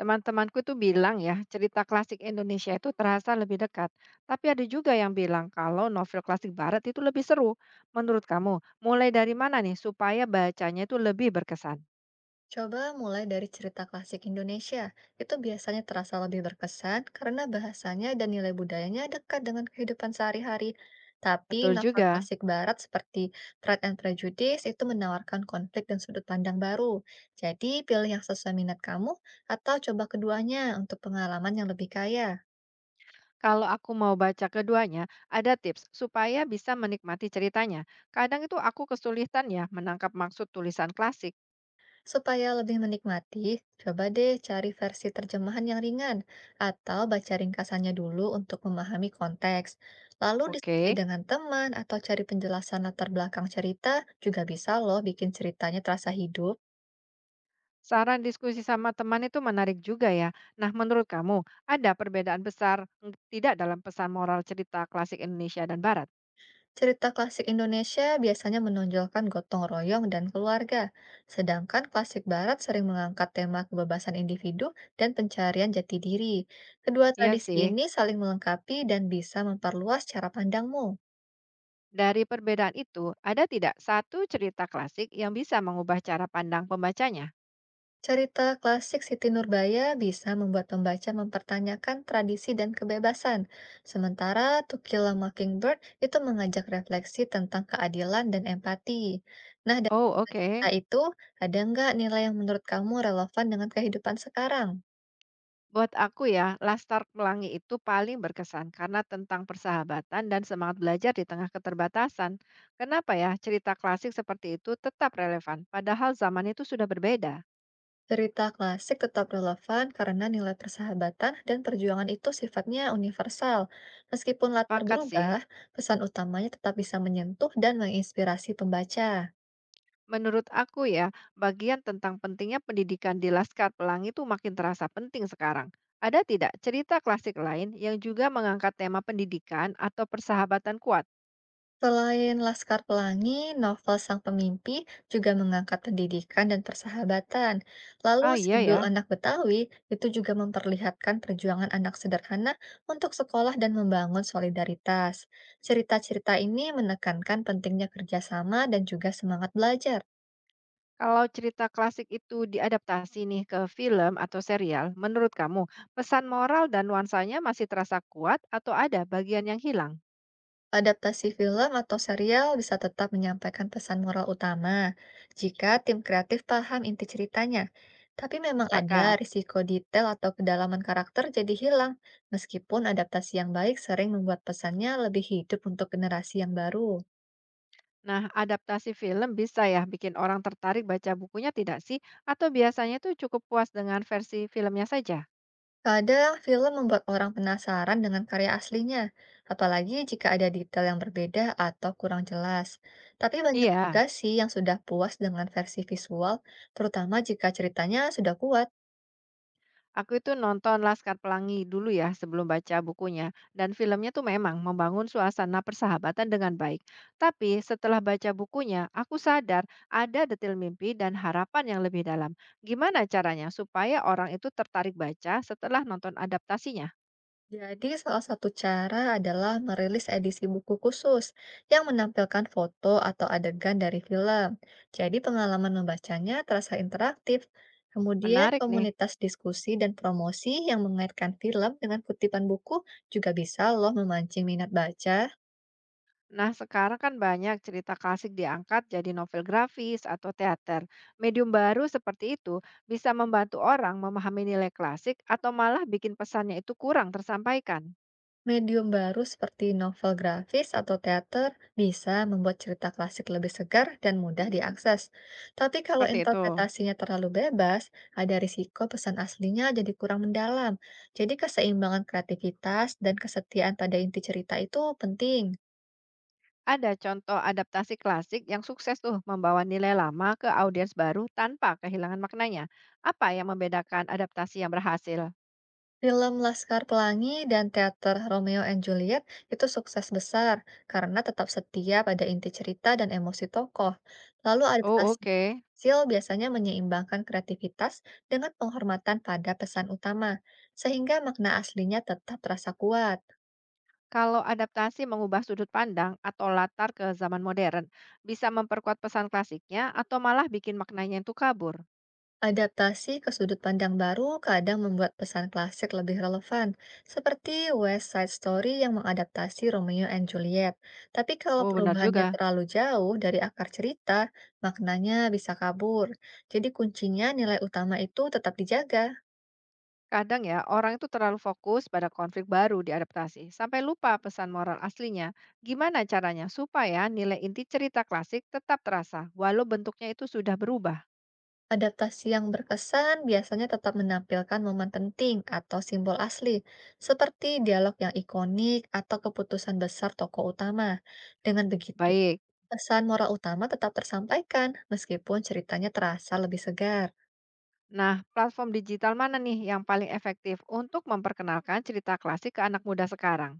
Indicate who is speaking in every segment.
Speaker 1: Teman-temanku tuh bilang ya, cerita klasik Indonesia itu terasa lebih dekat. Tapi ada juga yang bilang kalau novel klasik Barat itu lebih seru. Menurut kamu, mulai dari mana nih supaya bacanya itu lebih berkesan?
Speaker 2: Coba mulai dari cerita klasik Indonesia. Itu biasanya terasa lebih berkesan karena bahasanya dan nilai budayanya dekat dengan kehidupan sehari-hari. Tapi
Speaker 1: Betul
Speaker 2: novel
Speaker 1: juga.
Speaker 2: klasik barat seperti Pride and Prejudice itu menawarkan konflik dan sudut pandang baru. Jadi pilih yang sesuai minat kamu atau coba keduanya untuk pengalaman yang lebih kaya.
Speaker 1: Kalau aku mau baca keduanya, ada tips supaya bisa menikmati ceritanya. Kadang itu aku kesulitan ya menangkap maksud tulisan klasik.
Speaker 2: Supaya lebih menikmati, coba deh cari versi terjemahan yang ringan atau baca ringkasannya dulu untuk memahami konteks. Lalu diskusi
Speaker 1: Oke.
Speaker 2: dengan teman atau cari penjelasan latar belakang cerita juga bisa loh bikin ceritanya terasa hidup.
Speaker 1: Saran diskusi sama teman itu menarik juga ya. Nah, menurut kamu ada perbedaan besar tidak dalam pesan moral cerita klasik Indonesia dan Barat?
Speaker 2: Cerita klasik Indonesia biasanya menonjolkan gotong royong dan keluarga, sedangkan klasik Barat sering mengangkat tema kebebasan individu dan pencarian jati diri. Kedua
Speaker 1: Iya
Speaker 2: tradisi
Speaker 1: sih.
Speaker 2: ini saling melengkapi dan bisa memperluas cara pandangmu.
Speaker 1: Dari perbedaan itu, ada tidak satu cerita klasik yang bisa mengubah cara pandang pembacanya?
Speaker 2: Cerita klasik Siti Nurbaya bisa membuat pembaca mempertanyakan tradisi dan kebebasan, sementara To Kill a Mockingbird itu mengajak refleksi tentang keadilan dan empati. Nah, dari
Speaker 1: Oh,
Speaker 2: cerita
Speaker 1: oke.
Speaker 2: itu, ada nggak nilai yang menurut kamu relevan dengan kehidupan sekarang?
Speaker 1: Buat aku ya, Laskar Pelangi itu paling berkesan karena tentang persahabatan dan semangat belajar di tengah keterbatasan. Kenapa ya cerita klasik seperti itu tetap relevan, padahal zaman itu sudah berbeda?
Speaker 2: Cerita klasik tetap relevan karena nilai persahabatan dan perjuangan itu sifatnya universal. Meskipun latar
Speaker 1: Sepakat sih.
Speaker 2: berubah, pesan utamanya tetap bisa menyentuh dan menginspirasi pembaca.
Speaker 1: Menurut aku ya, bagian tentang pentingnya pendidikan di Laskar Pelangi itu makin terasa penting sekarang. Ada tidak cerita klasik lain yang juga mengangkat tema pendidikan atau persahabatan kuat?
Speaker 2: Selain Laskar Pelangi, novel Sang Pemimpi juga mengangkat pendidikan dan persahabatan. Lalu
Speaker 1: Ah iya
Speaker 2: Sidul
Speaker 1: ya,
Speaker 2: Anak Betawi itu juga memperlihatkan perjuangan anak sederhana untuk sekolah dan membangun solidaritas. Cerita-cerita ini menekankan pentingnya kerjasama dan juga semangat belajar.
Speaker 1: kalau cerita klasik itu diadaptasi nih ke film atau serial, menurut kamu pesan moral dan nuansanya masih terasa kuat atau ada bagian yang hilang?
Speaker 2: Adaptasi film atau serial bisa tetap menyampaikan pesan moral utama jika tim kreatif paham inti ceritanya. Tapi memang ada
Speaker 1: Sepakat.
Speaker 2: risiko detail atau kedalaman karakter jadi hilang, meskipun adaptasi yang baik sering membuat pesannya lebih hidup untuk generasi yang baru.
Speaker 1: Nah, adaptasi film bisa ya bikin orang tertarik baca bukunya tidak sih? Atau biasanya tuh cukup puas dengan versi filmnya saja?
Speaker 2: Kadang film membuat orang penasaran dengan karya aslinya, apalagi jika ada detail yang berbeda atau kurang jelas. Tapi banyak juga
Speaker 1: Iya,
Speaker 2: sih yang sudah puas dengan versi visual, terutama jika ceritanya sudah kuat.
Speaker 1: aku itu nonton Laskar Pelangi dulu ya sebelum baca bukunya. Dan filmnya tuh memang membangun suasana persahabatan dengan baik. Tapi setelah baca bukunya, aku sadar ada detail mimpi dan harapan yang lebih dalam. Gimana caranya supaya orang itu tertarik baca setelah nonton adaptasinya?
Speaker 2: Jadi, salah satu cara adalah merilis edisi buku khusus yang menampilkan foto atau adegan dari film. Jadi, pengalaman membacanya terasa interaktif. Kemudian,
Speaker 1: Menarik nih.
Speaker 2: komunitas diskusi dan promosi yang mengaitkan film dengan kutipan buku juga bisa loh memancing minat baca.
Speaker 1: Nah, sekarang kan banyak cerita klasik diangkat jadi novel grafis atau teater. Medium baru seperti itu bisa membantu orang memahami nilai klasik atau malah bikin pesannya itu kurang tersampaikan.
Speaker 2: Medium baru seperti novel grafis atau teater bisa membuat cerita klasik lebih segar dan mudah diakses. Tapi kalau
Speaker 1: Seperti itu.
Speaker 2: interpretasinya terlalu bebas, ada risiko pesan aslinya jadi kurang mendalam. Jadi keseimbangan kreativitas dan kesetiaan pada inti cerita itu penting.
Speaker 1: Ada contoh adaptasi klasik yang sukses tuh membawa nilai lama ke audiens baru tanpa kehilangan maknanya. Apa yang membedakan adaptasi yang berhasil?
Speaker 2: Film Laskar Pelangi dan teater Romeo and Juliet itu sukses besar karena tetap setia pada inti cerita dan emosi tokoh. Lalu
Speaker 1: Oh,
Speaker 2: adaptasi
Speaker 1: oke.
Speaker 2: kecil biasanya menyeimbangkan kreativitas dengan penghormatan pada pesan utama, sehingga makna aslinya tetap terasa kuat.
Speaker 1: Kalau adaptasi mengubah sudut pandang atau latar ke zaman modern, bisa memperkuat pesan klasiknya atau malah bikin maknanya itu kabur.
Speaker 2: Adaptasi ke sudut pandang baru kadang membuat pesan klasik lebih relevan, seperti West Side Story yang mengadaptasi Romeo and Juliet. Tapi kalau
Speaker 1: Oh, benar
Speaker 2: perubahannya
Speaker 1: juga.
Speaker 2: terlalu jauh dari akar cerita, maknanya bisa kabur. Jadi kuncinya nilai utama itu tetap dijaga.
Speaker 1: Kadang ya, orang itu terlalu fokus pada konflik baru di adaptasi, sampai lupa pesan moral aslinya. Gimana caranya supaya nilai inti cerita klasik tetap terasa, walau bentuknya itu sudah berubah?
Speaker 2: Adaptasi yang berkesan biasanya tetap menampilkan momen penting atau simbol asli, seperti dialog yang ikonik atau keputusan besar tokoh utama. Dengan begitu,
Speaker 1: Baik.
Speaker 2: pesan moral utama tetap tersampaikan, meskipun ceritanya terasa lebih segar.
Speaker 1: Nah, platform digital mana nih yang paling efektif untuk memperkenalkan cerita klasik ke anak muda sekarang?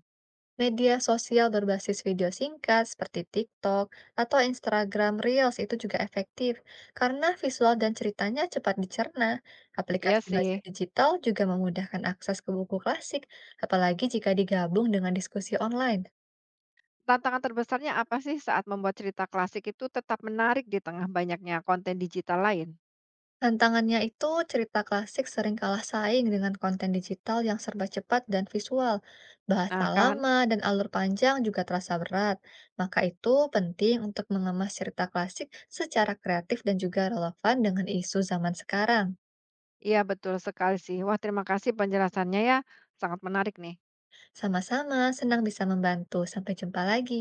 Speaker 2: Media sosial berbasis video singkat seperti TikTok atau Instagram Reels itu juga efektif karena visual dan ceritanya cepat dicerna.
Speaker 1: Iya
Speaker 2: Aplikasi baca
Speaker 1: sih.
Speaker 2: digital juga memudahkan akses ke buku klasik, apalagi jika digabung dengan diskusi online.
Speaker 1: Tantangan terbesarnya apa sih saat membuat cerita klasik itu tetap menarik di tengah banyaknya konten digital lain?
Speaker 2: Tantangannya itu cerita klasik sering kalah saing dengan konten digital yang serba cepat dan visual. Bahasa
Speaker 1: Nah kan?
Speaker 2: lama dan alur panjang juga terasa berat. Maka itu penting untuk mengemas cerita klasik secara kreatif dan juga relevan dengan isu zaman sekarang.
Speaker 1: Iya betul sekali sih. Wah terima kasih penjelasannya ya. Sangat menarik nih.
Speaker 2: Sama-sama, senang bisa membantu. Sampai jumpa lagi.